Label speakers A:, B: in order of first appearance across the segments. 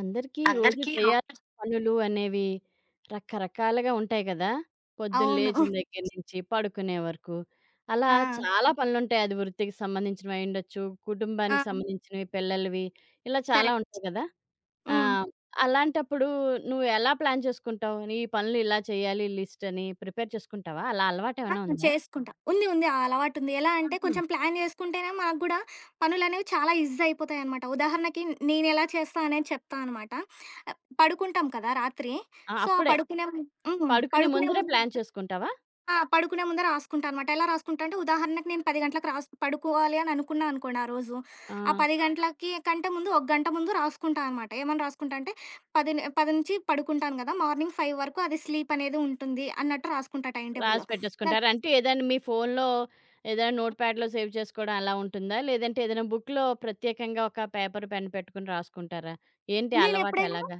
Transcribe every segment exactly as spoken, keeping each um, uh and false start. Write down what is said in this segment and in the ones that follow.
A: అందరికీ రోజు చేయాల్సిన పనులు అనేవి రకరకాలుగా ఉంటాయి కదా! పొద్దున్న
B: అవును.
A: లేచిన దగ్గర నుంచి పడుకునే వరకు. అలా
B: ఆ!
A: చాలా పనులుంటాయి. అది వృత్తికి సంబంధించినవి అయ్యుండొచ్చు,
B: ఆ!
A: కుటుంబానికి సంబంధించినవి, పిల్లలవి ఇలా చాలా
B: కరెక్ట్.
A: ఉంటాయి కదా! ఆ!
B: హ్మ్.
A: అలాంటప్పుడు నువ్వు ఎలా ప్లాన్ చేసుకుంటావు? నీ పనులు ఇలా చేయాలి లిస్ట్ అని ప్రిపేర్ చేసుకుంటావా? అలా
B: ఆ!
A: అలవాటేమైనా ఉందా?
B: చేసుకుంటా. ఉంది. ఉంది. ఆ అలవాటుంది. ఎలా అంటే
A: ఆహా!
B: కొంచెం ప్లాన్ చేసుకుంటేనే మనకు గూడా పనులనేవి చాలా ఈజీ అయిపోతాయనమాట. ఉదాహరణకి నేనెలా చేస్తా అనేది చెప్తా అనమాట. పడుకుంటాం కదా రాత్రి.
A: ఆ!
B: సో, ఆ
A: అప్పుడే
B: పడుకునే హ్మ్.
A: పడుకునే
B: పడుకునే
A: ముందరే
B: ముందు.
A: ప్లాన్ చేసుకుంటావా?
B: ఆ! పడుకునే ముందే రాసుకుంటా అనమాట. ఎలా రాసుకుంటా అంటే ఉదాహరణకి నేను పది గంటలకు రాస్ పడుకోవాలి అని అనుకున్నా అనుకోండి ఆ రోజు.
A: ఆ!
B: ఆ పది గంటలకి కంటే ముందు ఒక గంట ముందు రాసుకుంటా అనమాట. ఏమని రాసుకుంటా అంటే పది ని పది నుంచి పడుకుంటాను గదా! మార్నింగ్ ఐదు వరకు అది స్లీప్ అనేది ఉంటుంది అన్నట్టు రాసుకుంటా టైమ్
A: రాసి
B: టేబుల్‌లో. దాన్
A: పెట్టేసుకుంటారు. అంటే ఏదైనా మీ ఫోన్‌లో ఏదైనా నోట్‌ప్యాడ్‌లో సేవ్ చేసుకోవడం అలా ఉంటుందా? లేదంటే ఏదైనా బుక్‌లో ప్రత్యేకంగా ఒక పేపర్, పెన్ పెట్టుకొని రాసుకుంటారా? ఏంటి అలవాటు
B: నేనెప్పుడైనా
A: ఎలాగా?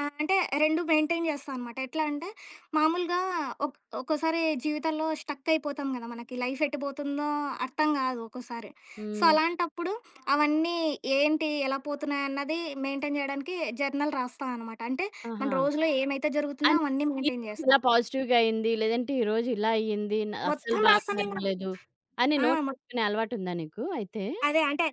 B: ఆ! అంటే రెండు మెయింటైన్ చేస్తా అనమాట. ఎట్లా అంటే మామూలుగా ఒక్ ఒక్కోసారి జీవితంలో స్టక్ అయిపోతాం కదా! మనకి లైఫ్ ఎటు పోతుందో అర్థం కాదు ఒక్కోసారి. సో,
A: హ్మ్.
B: అలాంటప్పుడు అవన్నీ ఏంటి, ఎలా పోతున్నాయి అన్నది మెయింటైన్ చేయడానికి జర్నల్ రాస్తా అనమాట. అంటే మన
A: ఆహా!
B: రోజులో ఏమైతే జరుగుతుందో
A: అన్
B: అవన్నీ మెయింటైన్
A: ఈరోజు
B: చేస్తా.
A: ఇలా పాజిటివ్‌గా అయింది. లేదంటే ఈరోజు ఇలా అయ్యింది. న అస్సలు
B: మొత్తం
A: బాగా
B: రాస్తానేం కాదు.
A: జరగలేదు. అని
B: ఆ!
A: నోట్ చేసుకునే అలవాటుందా నీకు అయితే?
B: అదే. అంటే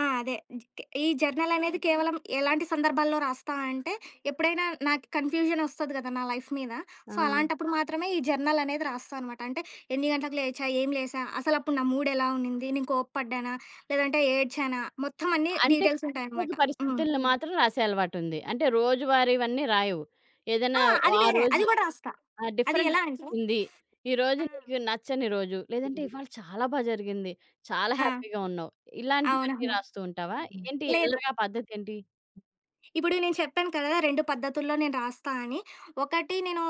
B: ఆ! అదే. జ్ ఈ జర్నలనేది కేవలం ఎలాంటి సందర్భాల్లో రాస్తా అంటే, ఎప్పుడైనా నాకు కన్‌ఫ్యూజనొస్తది కదా! నా లైఫ్ మీద.
A: ఆ!
B: సో, అలాంటప్పుడు మాత్రమే ఈ జర్నలనేది రాస్తా అనమాట. అంటే ఎన్ని గంటలకు లేచా? ఏం లేసా? అసలప్పుడు నా మూడెలా ఉండింది? నేను కోప్పడ్డానా? లేదంటే ఏడ్చానా? మొత్తం అన్నీ
A: అంటే ప్రత్యేక
B: డీటెయిల్సుంటాయనమాట. హ్మ్.
A: పరిస్థితులను మాత్రం రాసే అలవాటుంది. అంటే రోజువారీవన్నీ రాయవు. ఏదైనా
B: ఆ! అది
A: ఆ
B: వేరే.
A: రోజు
B: అది గూడా రాస్తా.
A: ఆ!
B: అది
A: డిఫరెంట్‌గా
B: ఎలా అంటే
A: జరిగింది. ఈరోజు
B: ఆ!
A: నీకు నచ్చని రోజు, లేదంటే ఇవాళ చాలా బా జరిగింది. చాలా
B: ఆ!
A: హ్యాపీగా ఉన్నావు. ఇలాంటివన్నీ
B: అవునవును.
A: రాస్తూ ఉంటావా? ఏంటి
B: లేదు.
A: ఎలాగా పద్ధతేంటి?
B: ఇప్పుడు నేను చెప్పాను కదా! రెండు పద్ధతుల్లో నేను రాస్తా అని. ఒకటి నేను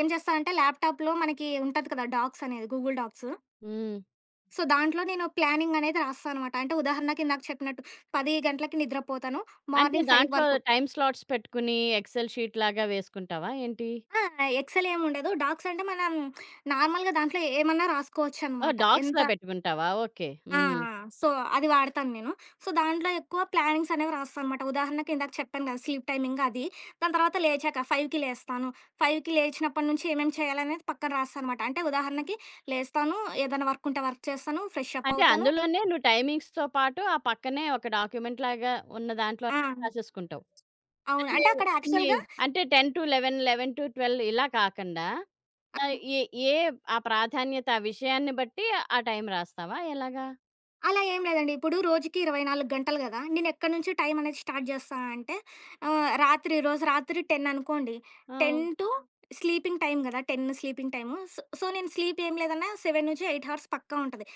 B: ఏం చేస్తా అంటే ల్యాప్‌టాప్‌లో మనకి ఉంటది కదా! డాక్స్ అనేది గూగుల్ డాక్స్.
A: హ్మ్.
B: సో, దాంట్లో నేను ప్లానింగ్ అనేది రాస్తా అనమాట. అంటే ఉదాహరణకి ఇందాక చెప్పినట్టు పది గంటలకి నిద్రపోతాను.
A: అంటే
B: మార్నింగ్ ఐదు
A: దాంట్లో
B: వరకు.
A: టైమ్ స్లాట్స్ పెట్టుకుని ఎక్సెల్ షీట్ లాగా వేసుకుంటావా ఏంటి?
B: ఆ! ఎక్సెల్ ఏముండదు. డాక్స్ అంటే మనం నార్మల్‌గా దాంట్లో ఏమన్నా
A: ఓహ్!
B: రాసుకోవచ్చనమాట. ఎంత
A: డాక్స్‌లా పెట్టుకుంటావా? ఓకే.
B: ఆ!
A: హ్మ్.
B: ఆ! సో, అది వాడతాను నేను. సో, దాంట్లో ఎక్కువ ప్లానింగ్స్ అనేవి రాస్తాననమాట. ఉదాహరణకి ఇందాక చెప్పాను కదా! స్లీప్ టైమింగ్ అది. దాని తర్వాత లేచాక 5:00కి లేస్తాను. 5:00కి లేచినప్పటి నుంచి ఏమేం చేయాలనేది పక్కన రాస్తాననమాట. అంటే ఉదాహరణకి లేస్తాను, ఏదైనా వర్క్ ఉంటే వర్క్ చేస్తాను, ఫ్రెష్ అప్
A: అంటే
B: అవుతాను.
A: అందులోనే నువ్వు టైమింగ్స్‌తో పాటు ఆ పక్కనే ఒక డాక్యుమెంట్ లాగా ఉన్న దాంట్లో
B: ఆ!
A: రాసేసుకుంటావు.
B: అవును.
A: అంటే
B: అంటే అక్కడ
A: ఇన్ని
B: యాక్చువల్‌గా
A: అంటే పది పదకొండు, పదకొండు పన్నెండు ఇలా కాకుండా
B: ఆ!
A: ఆ! ఏ ఏ ఆ ప్రాధాన్యత ఆ విషయాన్ని బట్టి ఆ టైం రాస్తావా? ఎలాగా?
B: అలా ఏం లేదండి. ఇప్పుడు రోజుకి ఇరవై నాలుగు గంటలు గదా! నేనెక్కడి నుంచి టైం అనేది స్టార్ట్ జేస్తా అంటే ఆహ్, రాత్రి రోజు రాత్రి పది అనుకోండి.
A: ఆ!
B: పది టు స్లీపింగ్ టైమ్ గదా! పది స్లీపింగ్ టైము. సో, సో, నేను స్లీప్ ఏం లేదన్నా ఏడు నుంచి ఎనిమిది అవర్స్ పక్కా ఉంటది.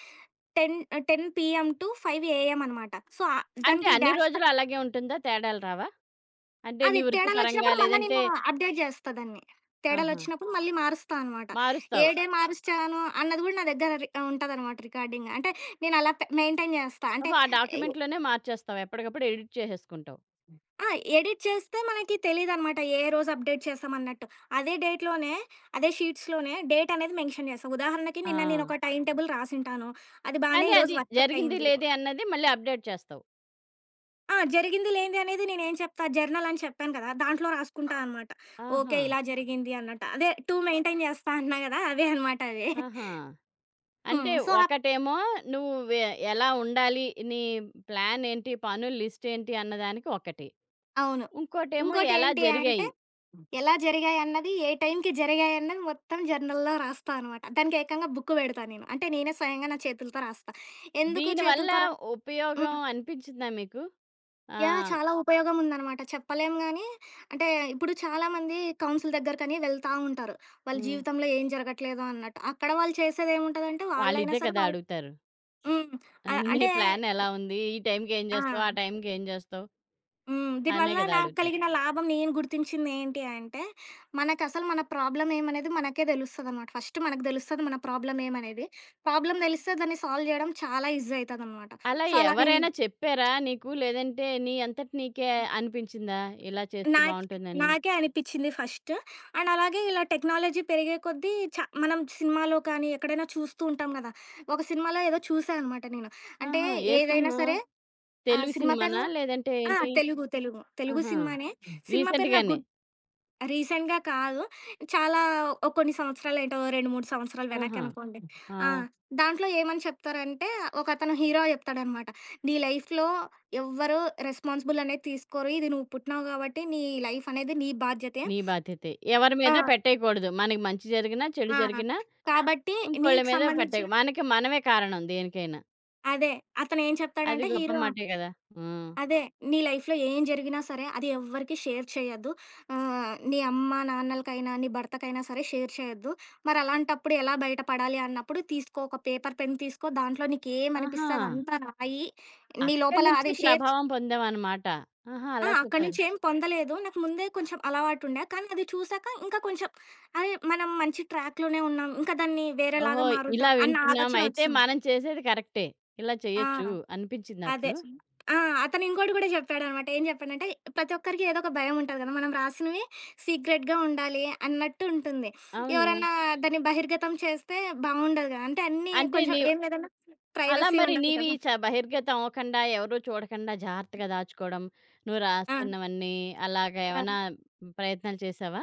B: పది ఆహ్, పది పీఎం టు ఐదు ఏఎం అనమాట. సో, ఆహ్,
A: అంటే
B: దానికి
A: అన్ని
B: డాష్
A: రోజులు
B: పర్
A: అలాగే ఉంటుందా? తేడాలు రావా? అంటే నీ
B: అది
A: వృత్తిపరంగా
B: తేడాలొచ్చినప్పుడు మళ్ళా
A: లేదంటే
B: నేను అప్‌డేట్ జేస్తా దాన్ని.
A: ఆహా!
B: తేడాలొచ్చినప్పుడు మళ్ళీ మారుస్తా అనమాట. ఏ
A: మారుస్తావు.
B: డే మారుస్తాను అన్నది గూడా నా దగ్గర రి ఉంటదనమాట రికార్డింగ్. అంటే నేనలా పె మెయింటైన్ జేస్తా. అంటే
A: ఓహో! ఆ డాక్యుమెంట్‌లోనే మార్చేస్తావు. ఎప్పటికప్పుడు ఎడిట్ చేసేసుకుంటావు.
B: ఆ! ఎడిట్ చేస్తే మనకి తెలీదనమాట. ఏ రోజు అప్‌డేట్ చేశామన్నట్టు. అదే డేట్‌లోనే, అదే షీట్స్‌లోనే డేట్ అనేది మెన్షన్ చేస్తా. ఉదాహరణకి
A: ఆ!
B: నిన్న నేనొక టైమ్ టేబుల్ రాసుంటాను. అది బానే
A: కానీ అది
B: ఈరోజు వర్కౌట్
A: జరిగింది
B: అయింది.
A: లేదే అన్నది మళ్ళీ అప్‌డేట్ చేస్తావు.
B: ఆ! జరిగింది లేనిది అనేది నేనేం చెప్తా, జర్నల్ అని చెప్పాను కదా! దాంట్లో రాసుకుంటా అనమాట.
A: ఆహా!
B: ఓకే. ఇలా జరిగింది అన్నట్టు. అదే రెండు మెయింటైన్ చేస్తా అన్నా కదా! అవే అనమాట అవి.
A: ఆహా! అంటే
B: హ్మ్. సో
A: ఒకటేమో నువ్వు వె ఎలా ఉండాలి? నీ ప్లాన్ ఏంటి? పనుల లిస్ట్ ఏంటి? అన్నదానికి ఒకటి.
B: అవును.
A: ఇంకోటేమో ఎలా
B: ఇంకోటేంటి అంటే,
A: జరిగాయి?
B: ఎలా జరిగాయన్నది, ఏ టైంకి జరిగాయన్నది మొత్తం జర్నల్‌లో రాస్తా అనమాట. దానికి ఏకంగా బుక్ పెడతా నేను. అంటే నేనే స్వయంగా నా చేతులతో రాస్తా. ఎందుకు
A: దీనివల్ల
B: చేతులతో రా
A: ఉపయోగం
B: హ్మ్.
A: అనిపించిందా మీకు? ఆ!
B: యాహ్! చాలా ఉపయోగం ఉందనమాట. చెప్పలేం గానీ, అంటే ఇప్పుడు చాలామంది కౌన్సిల్ దగ్గరకని వెళ్తా ఉంటారు. వాళ్ళ
A: హ్మ్.
B: జీవితంలో ఏం జరగట్లేదు అన్నట్టు. అక్కడ వాళ్ళు చేసేదేముంటదంటే, వాళ్ళైనా
A: వాళ్ళిదే
B: సరే
A: కదా
B: వాళ్ళు
A: అడుగుతారు.
B: హ్మ్.
A: ఆ,
B: ఆహ్,
A: నీ
B: అంటే
A: ప్లాన్ ఎలా ఉంది? ఈ టైంకి ఏం
B: ఆ!
A: చేస్తావు? ఆ టైంకి ఏం చేస్తావు?
B: హ్మ్.
A: అనే
B: దీనివల్ల
A: కదా
B: నాకు
A: అడుగుతారు.
B: కలిగిన లాభం నేను గుర్తించిందేంటి అంటే, మనకసలు మన ప్రాబ్లమ్ ఏమనేది మనకే తెలుస్తదనమాట. ఫస్ట్ మనకు తెలుస్తది మన ప్రాబ్లమ్ ఏమనేది. ప్రాబ్లమ్ తెలిస్తే దాన్ని సాల్వ్ జేయడం చాలా ఈజీ అయితదనమాట.
A: అలా
B: సో, అలా నేను
A: ఎవరైనా చెప్పారా నీకు? లేదంటే నీ అంతట నీకే అనిపించిందా? ఇలా చేస్తే
B: నాక్
A: బావుంటుందని?
B: నాకే అనిపిచ్చింది ఫస్ట్. అండ్ అలాగే ఇలా టెక్నాలజీ పెరిగే కొద్దీ చ మనం సినిమాలో కానీ, ఎక్కడైనా చూస్తూ ఉంటాం గదా! ఒక సినిమాలో ఏదో చూసా అనమాట నేను. అంటే
A: ఆహా! ఏ
B: ఏదైనా
A: సినిమా?
B: సరే ఆ
A: తెలుగు
B: సినిమా పేరు
A: సినిమానా? లేదంటే
B: ఆ!
A: ఏంటి?
B: తెలుగు, తెలుగు. తెలుగు
A: ఆహా!
B: సినిమానే. సినిమా పేరు నాకు
A: రీసెంట్‌గానే.
B: గుర్ రీసెంట్‌గా కాదు. చాలా ఓ కొన్ని సంవత్సరాలేటో రెండు, మూడు సంవత్సరాలు
A: ఆహా!
B: వెనకనుకోండి.
A: ఆ!
B: ఆ! దాంట్లో ఏమని చెప్తారంటే, ఒకతను హీరో చెప్తాడనమాట. "నీ లైఫ్‌లో ఎవ్వరు రెస్పాన్సిబుల్ అనేది తీసుకోరు. ఇది నువ్వు పుట్టినావు కాబట్టి నీ లైఫ్ అనేది నీ బాధ్యతే.
A: నీ బాధ్యతే. ఎవరి
B: ఆ!
A: మీద పెట్టేయకూడదు. మనకి మంచి జరిగినా, చెడు
B: ఆ!
A: జరిగినా
B: కాబట్టి
A: ఇంకోళ్ళ
B: నీకు
A: మీద పెట్టేయ్.
B: సంబంధించిన."
A: మనకి మనమే కారణం దేనికైనా.
B: అదే. అతనేం
A: అది
B: చెప్తాడంటే
A: గొప్ప
B: హీరో
A: మాటే గదా! హ్మ్.
B: అదే. నీ లైఫ్‌లో ఏం జరిగినా సరే, అది ఎవ్వరికీ షేర్ చేయొద్దు. ఆహ్, నీ అమ్మ, నాన్నలకైనా, నీ భర్తకైనా సరే షేర్ చేయొద్దు. మరి అలాంటప్పుడు ఎలా బయటపడాలి అన్నప్పుడు తీసుకో ఒక పేపర్, పెన్ తీసుకో. దాంట్లో
A: ఆహా!
B: నీకేమనిపిస్తే అదంతా రాయి. నీ
A: అక్కడి
B: లోపల
A: నుంచి
B: అది షేర్ చే
A: ప్రభావం పొందామన్నమాట. ఆహా!
B: ఆ!
A: అలా
B: అక్కడి
A: చెప్పాడు.
B: నుంచి ఏం పొందలేదు. నాకు ముందే కొంచెం అలవాటుండే. కానీ అది చూసాక ఇంకా కొంచెం అరే! మనం మంచి ట్రాక్‌లోనే ఉన్నాం. ఇంకా దాన్ని
A: ఓహో!
B: వేరేలాగా
A: ఇలా
B: మారుద్దాం అన్న
A: వింటున్నాం.
B: ఆలోచన
A: అయితే
B: ఒచ్చింది.
A: మనం చేసేది కరెక్టే. ఇలా
B: ఆ!
A: చేయొచ్చు అనిపించిందా
B: అదే.
A: అప్పుడు?
B: ఆ! అతను ఇంకోటి గూడా జెప్పాడనమాట. ఏం జెప్పాడంటే, ప్రతి ఒక్కరికి ఏదో ఒక భయం ఉంటది గదా! మనం రాసినవి సీక్రెట్‌గా ఉండాలి అన్నట్టు ఉంటుంది.
A: అవును.
B: ఎవరన్నా దాన్ని బహిర్గతం చేస్తే బావుండదు గదా! అంటే అన్నీ
A: అంటే
B: కొంచెం
A: నీవు
B: ఏం లేదన్నా
A: అలా
B: ప్రైవసీ
A: మరి
B: ఉండాలి
A: నీవి
B: కదా!
A: చ బహిర్గతం అవ్వకుండా, ఎవరు చూడకుండా జాగ్రత్తగా దాచుకోవడం, నువ్వు
B: ఆ!
A: రాసుకున్నవన్నీ అలాగా
B: ఆ!
A: ఏమన్నా ప్రయత్నాలు చేశావా?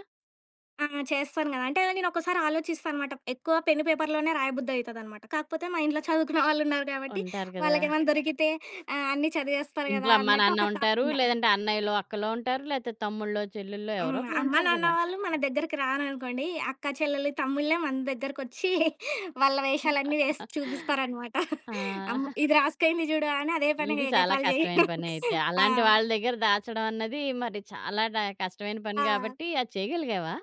B: ఆ! చేస్తాను గదా! అంటే నేను ఒక్కోసారి ఆలోచిస్తాననమాట. ఎక్కువ పెన్ను, పేపర్‌లోనే రాయబుద్దయితదనమాట. కాకపోతే మా ఇంట్లో చదువుకునే వాళ్ళున్నారు గాబట్టి,
A: ఉంటారు గదా!
B: వాళ్ళకేమైనా దొరికితే ఆహ్, అన్నీ చదివేస్తారు
A: ఇంట్లో
B: గదా!
A: అమ్మా,
B: అన్నట్టు
A: నాన్న
B: ఒక థాట్
A: ఉంటారు.
B: ఉండే.
A: లేదంటే అన్నయ్యలో, అక్కలో ఉంటారు. లేతే తమ్ముళ్ళో, చెల్లుల్లో ఎవరో
B: హ్మ్.
A: ఒకళ్ళు
B: అమ్మా,
A: ఉంటారు
B: నాన్న
A: కదా!
B: వాళ్ళు మన దగ్గరికి రారనుకోండి, అక్క, చెల్లెలు, తమ్ముళ్ళే మన దగ్గరకొచ్చి వాళ్ళ వేషాలన్నీ వేసి చూపిస్తారనమాట.
A: ఆ!
B: అమ్ ఇది రాసుకయింది జూడు అని అదే పనిగా
A: ఇది చాలా
B: ఎగతాళి
A: కష్టమైన
B: జేయడం.
A: పనే అయితే.
B: ఆ!
A: అలాంటి వాళ్ళ దగ్గర దాచడం అన్నది మరి చాలా డ కష్టమైన పని
B: ఆ!
A: గాబట్టి అది చేయగలిగావా?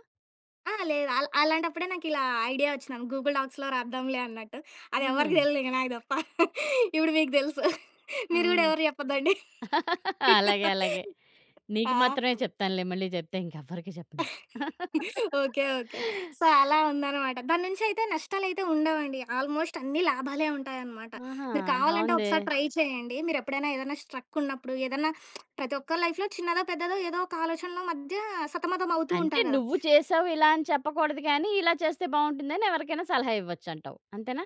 B: ఆ! లేదు. అల్ అలాంటప్పుడే నాకిలా ఐడియా ఒచ్చింది. గూగుల్ డాక్స్‌లో రాద్దాంలే అన్నట్టు. అది
A: హుహు.
B: ఎవరికీ తెలీదు ఇంక నాకు తప్ప. ఇప్పుడు మీకు తెలుసు. మీరు గూడా
A: హ్మ్.
B: ఎవరు చెప్పద్దండి.
A: అలాగే. అలాగే.
B: ఆ!
A: నీకు మాత్రమే చెప్తానులే. మళ్ళీ చెప్తే ఇంకెవ్వరికీ చెప్పను.
B: ఓకే. ఓకే. సో, అలా ఉందనమాట. దాని నుంచయితే నష్టాలయితే ఉండవండి. ఆల్మోస్ట్ అన్ని లాభాలే ఉంటాయనమాట.
A: ఆహా!
B: మీరు కావాలంటే
A: బావుందే.
B: ఒకసారి ట్రై చేయండి. మీరెప్పుడైనా ఏదైనా స్ట్రక్ ఉన్నప్పుడు, ఏదన్నా ప్రతి ఒక్కరి లైఫ్‌లో చిన్నదో, పెద్దదో ఏదో ఒక ఆలోచనలో మధ్య సతమతం అవుతూ
A: అంటే
B: ఉంటారు గదా!
A: నువ్వు చేసావు ఇలా అని చెప్పకూడదు కానీ, ఇలా చేస్తే బావుంటుందని ఎవరికైనా సలహా ఇవ్వొచ్చంటావు. అంతేనా?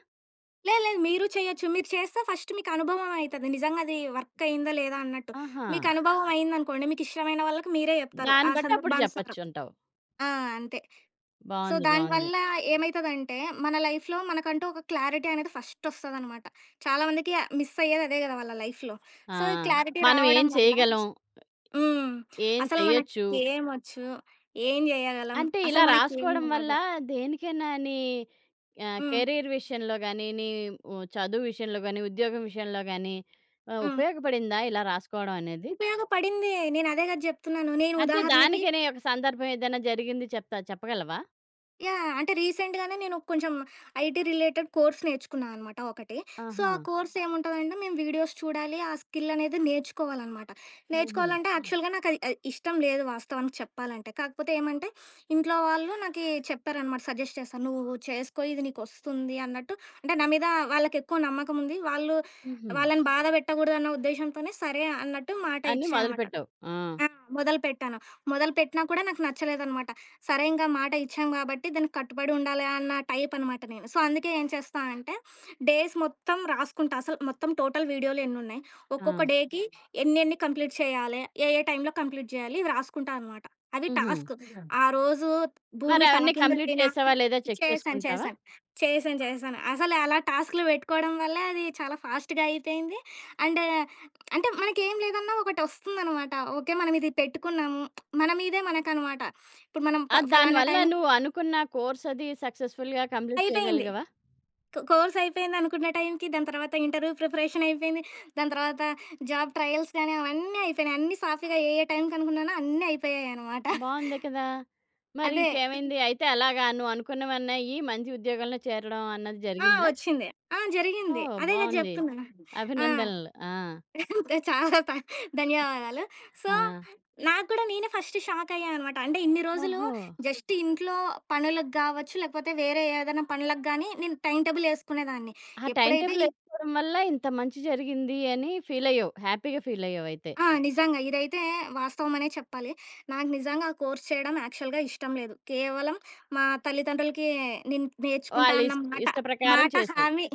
B: లేదు, లేదు, మీరు చేయొచ్చు. మీరు చేస్తే ఫస్ట్ మీకు అనుభవం అయితది. నిజంగా అది వర్క్ అయిందా లేదా అన్నట్టు.
A: ఆహా!
B: మీకు అనుభవం అయిందనుకోండి, మీకు ఇష్టమైన వాళ్ళకి మీరే జెప్తారు.
A: దాన్ని
B: ఆ
A: బట్టి అప్పుడు
B: సందర్భానుసారం.
A: చెప్పొచ్చు అంటావు.
B: ఆ! అంతే. సో,
A: బావుంది. బావుంది.
B: దానివల్ల ఏమైతదంటే, మన లైఫ్‌లో మనకంటూ ఒక క్లారిటీ అనేది ఫస్టొస్తదనమాట. చాలా మందికి మిస్ అయ్యేది అదే గదా! వాళ్ళ లైఫ్‌లో.
A: ఆ!
B: సో, ఈ క్లారిటీ
A: మనం ఏం
B: రావడం వల్ల
A: చేయగలం?
B: హ్మ్.
A: ఏం
B: అసలు
A: చెయ్యొచ్చు?
B: మనకేమొచ్చు, ఏం జేయగలం,
A: అంటే ఇలా
B: అసలు మనకేం
A: రాసుకోవడం వల్ల
B: రాదు
A: దేనికైనా నీ ఆహ్,
B: హ్మ్.
A: కెరీర్ విషయంలో గాని, నీ ఉ చదువు విషయంలో గాని, ఉద్యోగం విషయంలో గాని ఆహ్,
B: హ్మ్.
A: ఉపయోగపడిందా ఇలా రాసుకోవడం అనేది?
B: ఉపయోగపడిందే. నేనదే గదా! జెప్తున్నాను. నేను
A: అంటే
B: ఉదాహరణకి
A: దానికని ఒక సందర్భం ఏదైనా జరిగింది చెప్తా చెప్పగలవా?
B: యాహ్! అంటే రీసెంట్‌గానే నేను కొంచెం ఐటీ రిలేటెడ్ కోర్స్ నేర్చుకున్నా అనమాట ఒకటి. సో,
A: ఆహా!
B: ఆ కోర్స్ ఏముంటదంటే మేము వీడియోస్ చూడాలి, ఆ స్కిల్ అనేది నేర్చుకోవాలనమాట.
A: హుహు.
B: నేర్చుకోవాలంటే హ్మ్. యాక్చువల్‌గా నాకు అది ఆహ్, ఇష్టం లేదు వాస్తవానికి చెప్పాలంటే. కాకపోతే ఏమంటే ఇంట్లో వాళ్ళు నాకి చెప్పారనమాట, సజెస్ట్ చేశారు. "నువ్వు చేసుకో ఇది నీకొస్తుంది" అన్నట్టు. అంటే నా మీద వాళ్ళకెక్కువ నమ్మకం ఉంది. వాళ్ళు
A: హుహు.
B: వాళ్ళని బాధ పెట్టకూడదన్న ఉద్దేశంతోనే సరే అన్నట్టు మాట
A: అన్నీ
B: ఇచ్చా అనమాట.
A: మొదలుపెట్టావు. ఆ!
B: ఆ! మొదలుపెట్టాను. మొదలుపెట్టినా కూడా నాకు నచ్చలేదనమాట. సరే ఇంక మాట ఇచ్చాం గాబట్టి దానికి కట్టుబడి ఉండాలి అన్న టైప్ అనమాట నేను. సో, అందుకే ఏం చేస్తా అంటే డేస్ మొత్తం రాసుకుంటా. అసలు మొత్తం టోటల్ వీడియోలు ఎన్నున్నాయి,
A: ఆ!
B: ఒక్కొక్క డేకి ఎన్నెన్ని కంప్లీట్ చేయాలి, ఏ ఏ టైంలో కంప్లీట్ జేయాలి ఇవి రాసుకుంటా అనమాట. అవి
A: హుహు.
B: టాస్క్. ఆ రోజు భూమి
A: మరవన్నీ కంప్లీట్
B: తలకిందులైనా
A: చేసావా లేదా చెక్
B: చేశాను.
A: చేసుకుంటావా?
B: చేశాను. చేశాను. చేశాను. అసలు అలా టాస్క్‌లు పెట్టుకోవడం వల్ల అది చాలా ఫాస్ట్‌గా అయిపోయింది. అండ్ అంటే మనకేం లేదన్నా ఒకటొస్తుందనమాట. ఓకే. మనం ఇది పెట్టుకున్నాము. మన మీదే మనకనమాట. ఇప్పుడు మనం ప
A: ఆ!
B: ఫలానా
A: దానివల్ల
B: టైం
A: నువ్వు అనుకున్న కోర్స్ అది సక్సెస్‌ఫుల్‌గా కంప్లీట్
B: అయిపోయింది.
A: చేయగలిగావా?
B: కో కోర్స్ అయిపోయింది అనుకున్న టైంకి, దాని తర్వాత ఇంటర్వ్యూ ప్రిపరేషన్ అయిపోయింది. దాని తర్వాత జాబ్ ట్రయల్స్ గాని అవన్నీ అయిపోయినాయి. అన్నీ సాఫీగా ఏ ఏ టైంకనుకున్నానో అన్నీ అయిపోయాయనమాట.
A: బావుంది కదా! మరి
B: అదే.
A: ఇంకేమైంది? అయితే అలాగా నువ్వు అనుకున్నవన్నయ్యి, మంచి ఉద్యోగంలో చేరడం అన్నది
B: ఆ!
A: జరిగిందా?
B: వచ్చింది. ఆ! జరిగింది.
A: ఓహ్!
B: అదే కదా
A: బావుంది.
B: జెప్తున్నా. ఆ!
A: అభినందనలు. ఆ!
B: చాలా థా ధన్యవాదాలు. సో,
A: ఆ!
B: నాకు కూడా నేనే ఫస్ట్ షాక్ అయ్యా అనమాట. అంటే ఇన్ని రోజులు
A: ఓహో!
B: జస్ట్ ఇంట్లో పనులకు గావచ్చు, లేకపోతే వేరే ఏదైనా పనులకు గానీ నేను టైమ్ టేబుల్ యేసుకునేదాన్ని.
A: ఆ టైమ్
B: ఎప్పుడైతే
A: టేబుల్
B: ఈ
A: ఏసుకోవడం వల్ల ఇంత మంచి జరిగింది అని ఫీలయ్యావు. హ్యాపీగా ఫీలయ్యావయితే.
B: ఆ! నిజంగా. ఇదైతే వాస్తవమనే చెప్పాలి. నాకు నిజంగా ఆ కోర్స్ చేయడం యాక్చువల్‌గా ఇష్టం లేదు. కేవలం మా తల్లిదండ్రులకి నేను నేర్చుకుంటా
A: వాళ్ళ
B: అన్న
A: ఇష్
B: మాట,
A: ఇష్ట ప్రకారం
B: మాట
A: చేసావు.
B: హామీ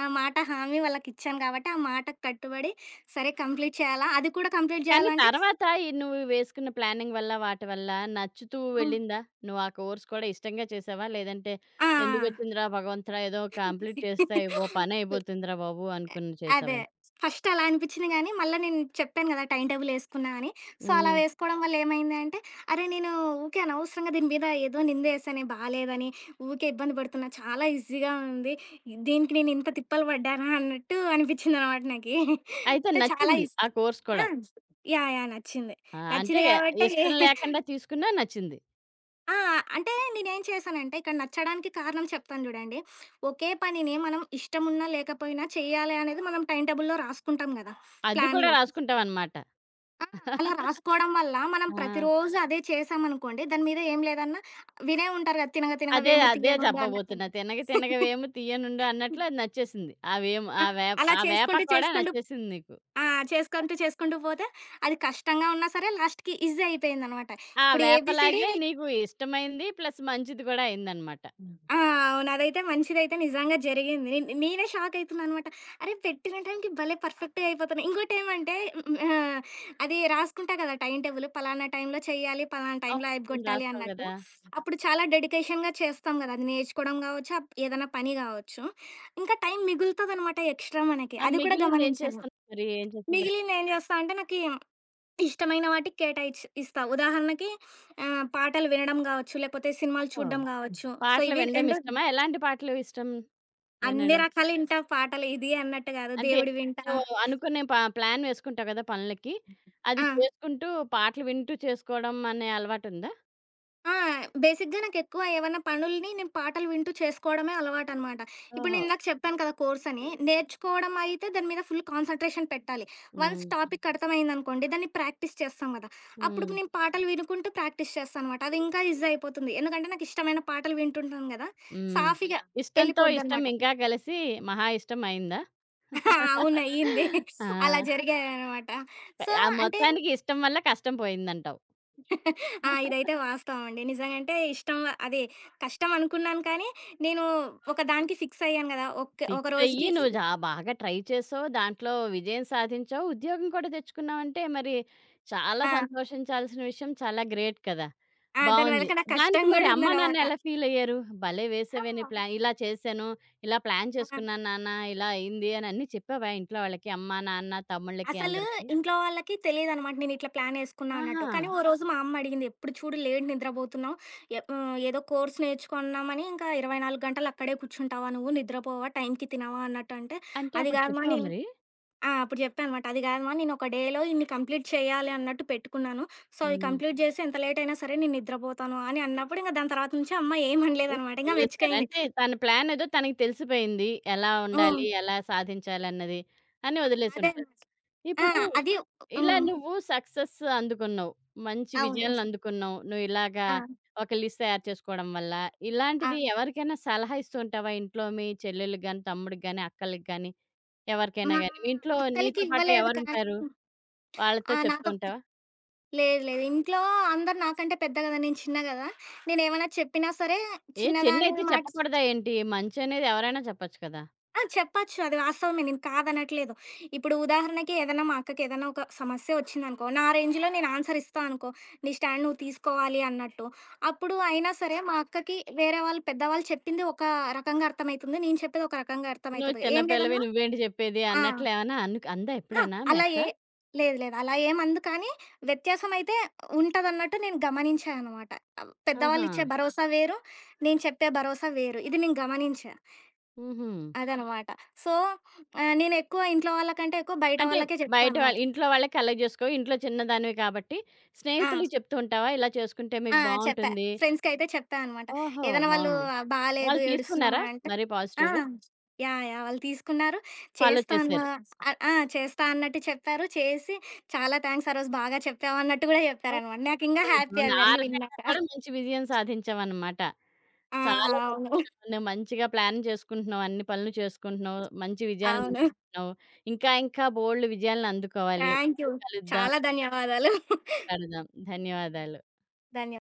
B: ఆ! మాట హామీ వాళ్ళకిచ్చాను కాబట్టి, ఆ మాటకు కట్టుబడి సరే కంప్లీట్ చేయాలా? అది కూడా కంప్లీట్
A: కానీ
B: చేయాలంటే
A: తర్వాత ఈ నువ్వు వేసుకున్న ప్లానింగ్ వల్ల, వాటి వల్ల నచ్చుతూ
B: హ్మ్.
A: వెళ్ళిందా? నువ్వు ఆ కోర్స్ కూడా ఇష్టంగా చేసావా? లేదంటే
B: ఆ!
A: ఎందుకొచ్చిందిరా భగవంతుడా! ఏదో కంప్లీట్ చేస్తే ఓ పనయిపోతుందిరా బాబు!
B: ఎ
A: అనుకుని
B: అదే.
A: చేసావా?
B: ఫస్ట్ అలా అనిపిచ్చింది గానీ, మళ్ళా నేను చెప్పాను గదా! టైమ్ టేబుల్ యేసుకున్నా అని. సో, అలా
A: హ్మ్.
B: వేసుకోవడం వల్ల ఏమైంది అంటే, అరే! నేను ఊకే అనవసరంగా దీని మీద ఏదో నిందేశానే బాలేదని, ఊకే ఇబ్బంది పడుతున్నా. చాలా ఈజీగా ఉంది. దీనికి నేను ఇంత తిప్పలు పడ్డానా అన్నట్టు అనిపిచ్చిందనమాట నాకి.
A: అయితే
B: అంటే చాలా
A: నచ్చింది
B: ఇస్
A: ఆ కోర్స్
B: ఆ!
A: కూడా.
B: యాహ్! యాహ్! నచ్చింది.
A: ఆ! అంటే
B: నచ్చింది గాబట్టే
A: ఇష్టం లేకుండా తీసుకున్నా నచ్చింది.
B: ఆ! అంటే నేనేం చేశానంటే, ఇక్కడ నచ్చడానికి కారణం చెప్తాను జూడండి. ఒకే పనిని మనం ఇష్టమున్నా, లేకపోయినా చేయాలి అనేది మనం టైమ్ టేబుల్‌లో రాసుకుంటాం గదా!
A: అది కూడా
B: ప్లాన్‌లో.
A: రాసుకుంటావనమాట.
B: ఆ! అలా రాసుకోవడం వల్ల మనం
A: ఆ!
B: ప్రతిరోజు అదే చేశామనుకోండి, దాని మీద ఏం లేదన్నా వినే ఉంటారు గదా! తినగా తినగా
A: అదే,
B: వేము
A: అదే
B: తీయనుండు అన్నట్టు.
A: చెప్పబోతున్నా. తినగ తినగవేమి తీయనుండు అన్నట్లు అది నచ్చేసింది. ఆ వేము
B: ఆ!
A: ఆ వేప
B: అలా
A: ఆ వేప
B: చేసుకుంటూ,
A: కూడా
B: చేసుకుంటూ
A: నచ్చేసింది నీకు.
B: ఆ! చేసుకుంటూ, చేసుకుంటూ పోతే అది కష్టంగా ఉన్నా సరే లాస్ట్‌కి ఈజీ అయిపోయిందనమాట.
A: ఆ!
B: ఇప్పుడు ఏబీసీడీ
A: వేపలాగే నీకు ఇష్టమైంది ప్లస్ మంచిది గూడా అయిందనమాట.
B: ఆ! అవును. అదైతే మంచిదైతే నిజంగా జరిగింది. నే నేనే షాక్ అయితున్నాననమాట. అరే! పెట్టిన టైంకి భలే పర్ఫెక్ట్‌గా అయిపోతున్నా. ఇంకోటేమంటే హ్మ్. ఆహ్, అది రాసుకుంటా కదా! Time table. పలానా టైంలో చేయాలి, పలానా
A: అవును.
B: టైంలో
A: నువ్వు
B: అయిపోగొట్టాలి
A: రాస్తావు
B: అన్నట్టు.
A: గదా!
B: అప్పుడు చాలా డెడికేషన్‌గా చేస్తాం కదా! అది నేర్చుకోవడం కావచ్చు, అప్ ఏదైనా పని కావచ్చు. ఇంకా టైం మిగులుతదనమాట ఎక్స్‌ట్రా మనకి.
A: ఆ
B: అది కూడా
A: మిగిలిందేం
B: గమనించను.
A: చేస్తున్నావు మరి? ఏం చేసేదా
B: మిగిలింది ఏం చేస్తా అంటే నాకి ఇష్టమైన వాటికి కేటాయిచి ఇస్తా. ఉదాహరణకి ఆహ్, పాటలు వినడం కావచ్చు, లేకపోతే సినిమాలు
A: ఓహ్!
B: చూడడం కావచ్చు. సో,
A: పాటలు
B: ఇవి
A: వినడం
B: రెండు
A: ఇష్టమా? ఎలాంటి పాటలు ఇష్టం
B: అన్ని
A: వినడం?
B: రకాలు ఇంటా పాటలు. ఇది అన్నట్టు గాదు.
A: అంటే
B: దేవుడివి వింటా.
A: నువ్వు అనుకునే ప ప్లాన్ వేసుకుంటావు గదా పనులకి. అది
B: ఆ!
A: చేసుకుంటూ పాటలు వింటూ చేసుకోవడం అనే అలవాటుందా?
B: ఆ! బేసిక్‌గా నాకెక్కువ ఏవన్నా పనుల్ని నేను పాటలు వింటూ చేసుకోవడమే అలవాటనమాట. ఇప్పుడు నేను
A: ఓహో!
B: ఇందాక చెప్పాను కదా కోర్స్ అని. నేర్చుకోవడం అయితే దాని మీద ఫుల్ కాన్సంట్రేషన్ పెట్టాలి. Once
A: hmm.
B: టాపిక్ అర్థమైందనుకోండి దాన్ని ప్రాక్టీస్ చేస్తాం గదా! అప్పుడు
A: హ్మ్.
B: నేను పాటలు వినుకుంటూ ప్రాక్టీస్ చేస్తాననమాట. అది ఇంకా ఈజీ అయిపోతుంది. ఎందుకంటే నాకు ఇష్టమైన పాటలు వింటుంటాను గదా!
A: హ్మ్.
B: సాఫీగా యాహ్!
A: ఇష్టంతో ఇష్టం
B: ఎళ్ళిపోద్దనమాట.
A: ఇంకా కలిసి మహా ఇష్టం అయిందా?
B: అవును. అయ్యింది.
A: ఆ!
B: అలా జరిగాయనమాట. సో,
A: ఆ
B: అంటే
A: మొత్తానికి ఇష్టం వల్ల కష్టం పోయిందంటావు.
B: ఆ! ఇదైతే వాస్తవం అండి. నిజంగంటే ఇష్టం అదే కష్టం అనుకున్నాను కానీ, నేను ఒక దానికి ఫిక్స్ అయ్యాను గదా! ఒక్ ఒక
A: ఫిక్స్ అయ్యి
B: రోజుకి
A: నువ్వు
B: ఫిక్స్.
A: జా బాగా ట్రై చేసావు. దాంట్లో విజయం సాధించావు. ఉద్యోగం కూడా తెచ్చుకున్నావంటే మరి చాలా
B: ఆ!
A: సంతోషించాల్సిన విషయం. చాలా గ్రేట్ కదా!
B: ఆ! దాని
A: బావుంది.
B: వెనక నా కష్టం
A: దానికి మరి
B: గూడా
A: అమ్మా, నాన్న
B: ఉందనమాట.
A: ఎలా ఫీల్ అయ్యారు? భలే వేసావే నీ
B: ఆ!
A: ప్లాన్. ఇలా చేశాను, ఇలా ప్లాన్
B: ఆ!
A: చేసుకున్నాను నాన్న, ఇలా అయింది అని అన్నీ చెప్పావా ఇంట్లో వాళ్ళకి? అమ్మ, నాన్న, తమ్ముళ్ళకి
B: అసలు
A: అందరికి?
B: ఇంట్లో వాళ్ళకి తెలీదనమాట నేనిట్లా ప్లాన్ యేసుకున్నా అన్నట్టు.
A: ఆహా!
B: కానీ ఓ రోజు మా అమ్మ అడిగింది, "ఎప్పుడు చూడు లేట్ నిద్రబోతున్నావు. ఎ హ్మ్, ఏదో కోర్స్ నేర్చుకున్నామని ఇంకా ఇరవై నాలుగు గంటలు అక్కడే కూర్చుంటావా నువ్వు? నిద్రపోవా, టైంకి తినవా" అన్నట్టు అంటే,
A: అంటే
B: "అది
A: అప్పుడు
B: గాదు మా
A: చెప్పావా
B: నేను."
A: మరి?
B: ఆ! అప్పుడు చెప్పా అనమాట. "అది కాదమ్మా నేను ఒక డేలో ఇన్ని కంప్లీట్ చేయాలి" అన్నట్టు పెట్టుకున్నాను. సో, అవి
A: హ్మ్.
B: కంప్లీట్ చేసి ఎంత లేట్ అయినా సరే నేను నిద్రపోతాను అని అన్నప్పుడు, ఇంక దాని తర్వాత నుంచి అమ్మ ఏమి అనలేదనమాట. ఇంక
A: వదిలేసారు.
B: మెచ్చుకైంది.
A: అంటే తన ప్లాన్ ఏదో తనకి తెలిసిపోయింది. ఎలా ఉండాలి,
B: హ్మ్.
A: ఎలా సాధించాలన్నది అని
B: అదే
A: వదిలేసుంటారు.
B: అనమాట. ఆ!
A: ఇప్పుడు
B: అది
A: ఇలా
B: హ్మ్.
A: నువ్వు సక్సెస్ అందుకున్నావు. మంచి
B: అవును.
A: విజయాలను అందుకున్నావు. నువ్వు ఇలాగా
B: ఆ!
A: ఒక లిస్ట్ తయారు చేసుకోవడం వల్ల.
B: ఆ!
A: ఇలాంటిది ఎవరికైనా సలహా ఇస్తూ ఉంటావా? ఇంట్లో మీ చెల్లెళ్ళకి గాని, తమ్ముడికి గాని, అక్కలకి గాని ఎవరికైనా
B: మా
A: గాని? మీ ఇంట్లో
B: అక్కలకి
A: నీతో పాటు
B: ఇవ్వలేదు కానీ
A: ఎవరుంటారు? వాళ్ళతో
B: ఆ!
A: చెప్తూ
B: నాతో
A: ఉంటావా?
B: లేదు, లేదు. ఇంట్లో అందరు నాకంటే పెద్ద కదా! నేను చిన్న కదా! నేనేమన్నా చెప్పినా సరే
A: ఏ
B: చిన్నదాని
A: చిన్నయితే
B: మాట
A: చెప్పకూడదా ఏంటి? మంచనేది ఎవరైనా చెప్పొచ్చు కదా!
B: ఆ! చెప్పచ్చు. అది వాస్తవమే. నేను కాదనట్లేదు. ఇప్పుడు ఉదాహరణకి ఏదైనా మా అక్కకి ఏదైనా ఒక సమస్య ఒచ్చిందనుకో, నా రేంజ్‌లో నేను ఆన్సర్ ఇస్తా అనుకో. నీ స్టాండ్ నువ్వు తీసుకోవాలి అన్నట్టు. అప్పుడు అయినా సరే మా అక్కకి వేరే వాళ్ళు పెద్దవాళ్ళు చెప్పింది ఒక రకంగా అర్థమైతుంది. నేను చెప్పేది ఒక రకంగా
A: నువ్వు
B: అర్థమైతది.
A: చిన్న
B: ఏం
A: పిల్లవి
B: లేదన్నా
A: నువ్వేంటి చెప్పేది
B: ఆ!
A: అన్నట్లు ఏమన్నా అను అందా
B: ఆ!
A: ఎప్పుడైనా మీ
B: అలా
A: అక్క?
B: ఏ లేదు. లేదు. అలా ఏమందు కానీ వ్యత్యాసమైతే ఉంటదన్నట్టు నేను గమనించా అనమాట.
A: ఆహా!
B: పెద్దవాళ్ళిచ్చే భరోసా వేరు. నేను చెప్పే భరోసా వేరు. ఇది నేను గమనించా.
A: హుహు.
B: అదనమాట. సో, ఆహ్, నేనెక్కువ ఇంట్లో వాళ్ళకంటే ఎక్కువ బయట
A: అంటే
B: వాళ్ళకే చెప్తా
A: బయట
B: అనమాట.
A: వాళ్ళు ఇంట్లో వాళ్ళకి కలెక్ట్ జేసుకోవు. ఇంట్లో చిన్నదానివి కాబట్టి
B: ఆ!
A: స్నేహితులకి చెప్తూ ఉంటావా? ఇలా చేసుకుంటే
B: ఆ!
A: మీకు
B: చెప్పా.
A: బావుంటుంది.
B: ఫ్రెండ్స్‌కైతే చెప్పా అనమాట.
A: ఓహో!
B: ఏదైనా వాళ్ళు
A: బావుంది.
B: బాలేదు,
A: వాళ్ళు
B: ఏడుస్తున్నామా
A: తీసుకున్నారా?
B: అంటే
A: మరి
B: ఆ!
A: పాజిటివ్‌గా
B: యాహ్! యాహ్! వాళ్ళు తీసుకున్నారు.
A: ఫాలో
B: చేస్తాను
A: చేశారు.
B: ఆహ్, ఆ! చేస్తా అన్నట్టు చెప్పారు. చేసి చాలా థాంక్స్, ఆ రోజు బాగా చెప్పావు అన్నట్టు గూడా
A: ఓహ్!
B: చెప్పారనమాట. నాకింగా
A: బావుంది.
B: హ్యాపీ
A: బావుంది. ఆ
B: అవన్నీ
A: రకంగా
B: విన్నాక.
A: కూడా మంచి విజయం సాధించావన్నమాట.
B: ఆ!
A: చాలా
B: అవును.
A: సంతోషం. నువ్వు మంచిగా ప్లాన్ చేసుకుంటున్నావు. అన్ని పనులు చేసుకుంటున్నావు. మంచి విజయాలను
B: అవును.
A: అందుకుంటున్నావు. ఇంకా ఇంకా బోలెడు విజయాలను అందుకోవాలి.
B: Thank you.
A: మళ్ళీ కలుద్దాం.
B: చాలా ధన్యవాదాలు.
A: మాట్లాడదాం. ధన్యవాదాలు.
B: ధన్యవాదాలు.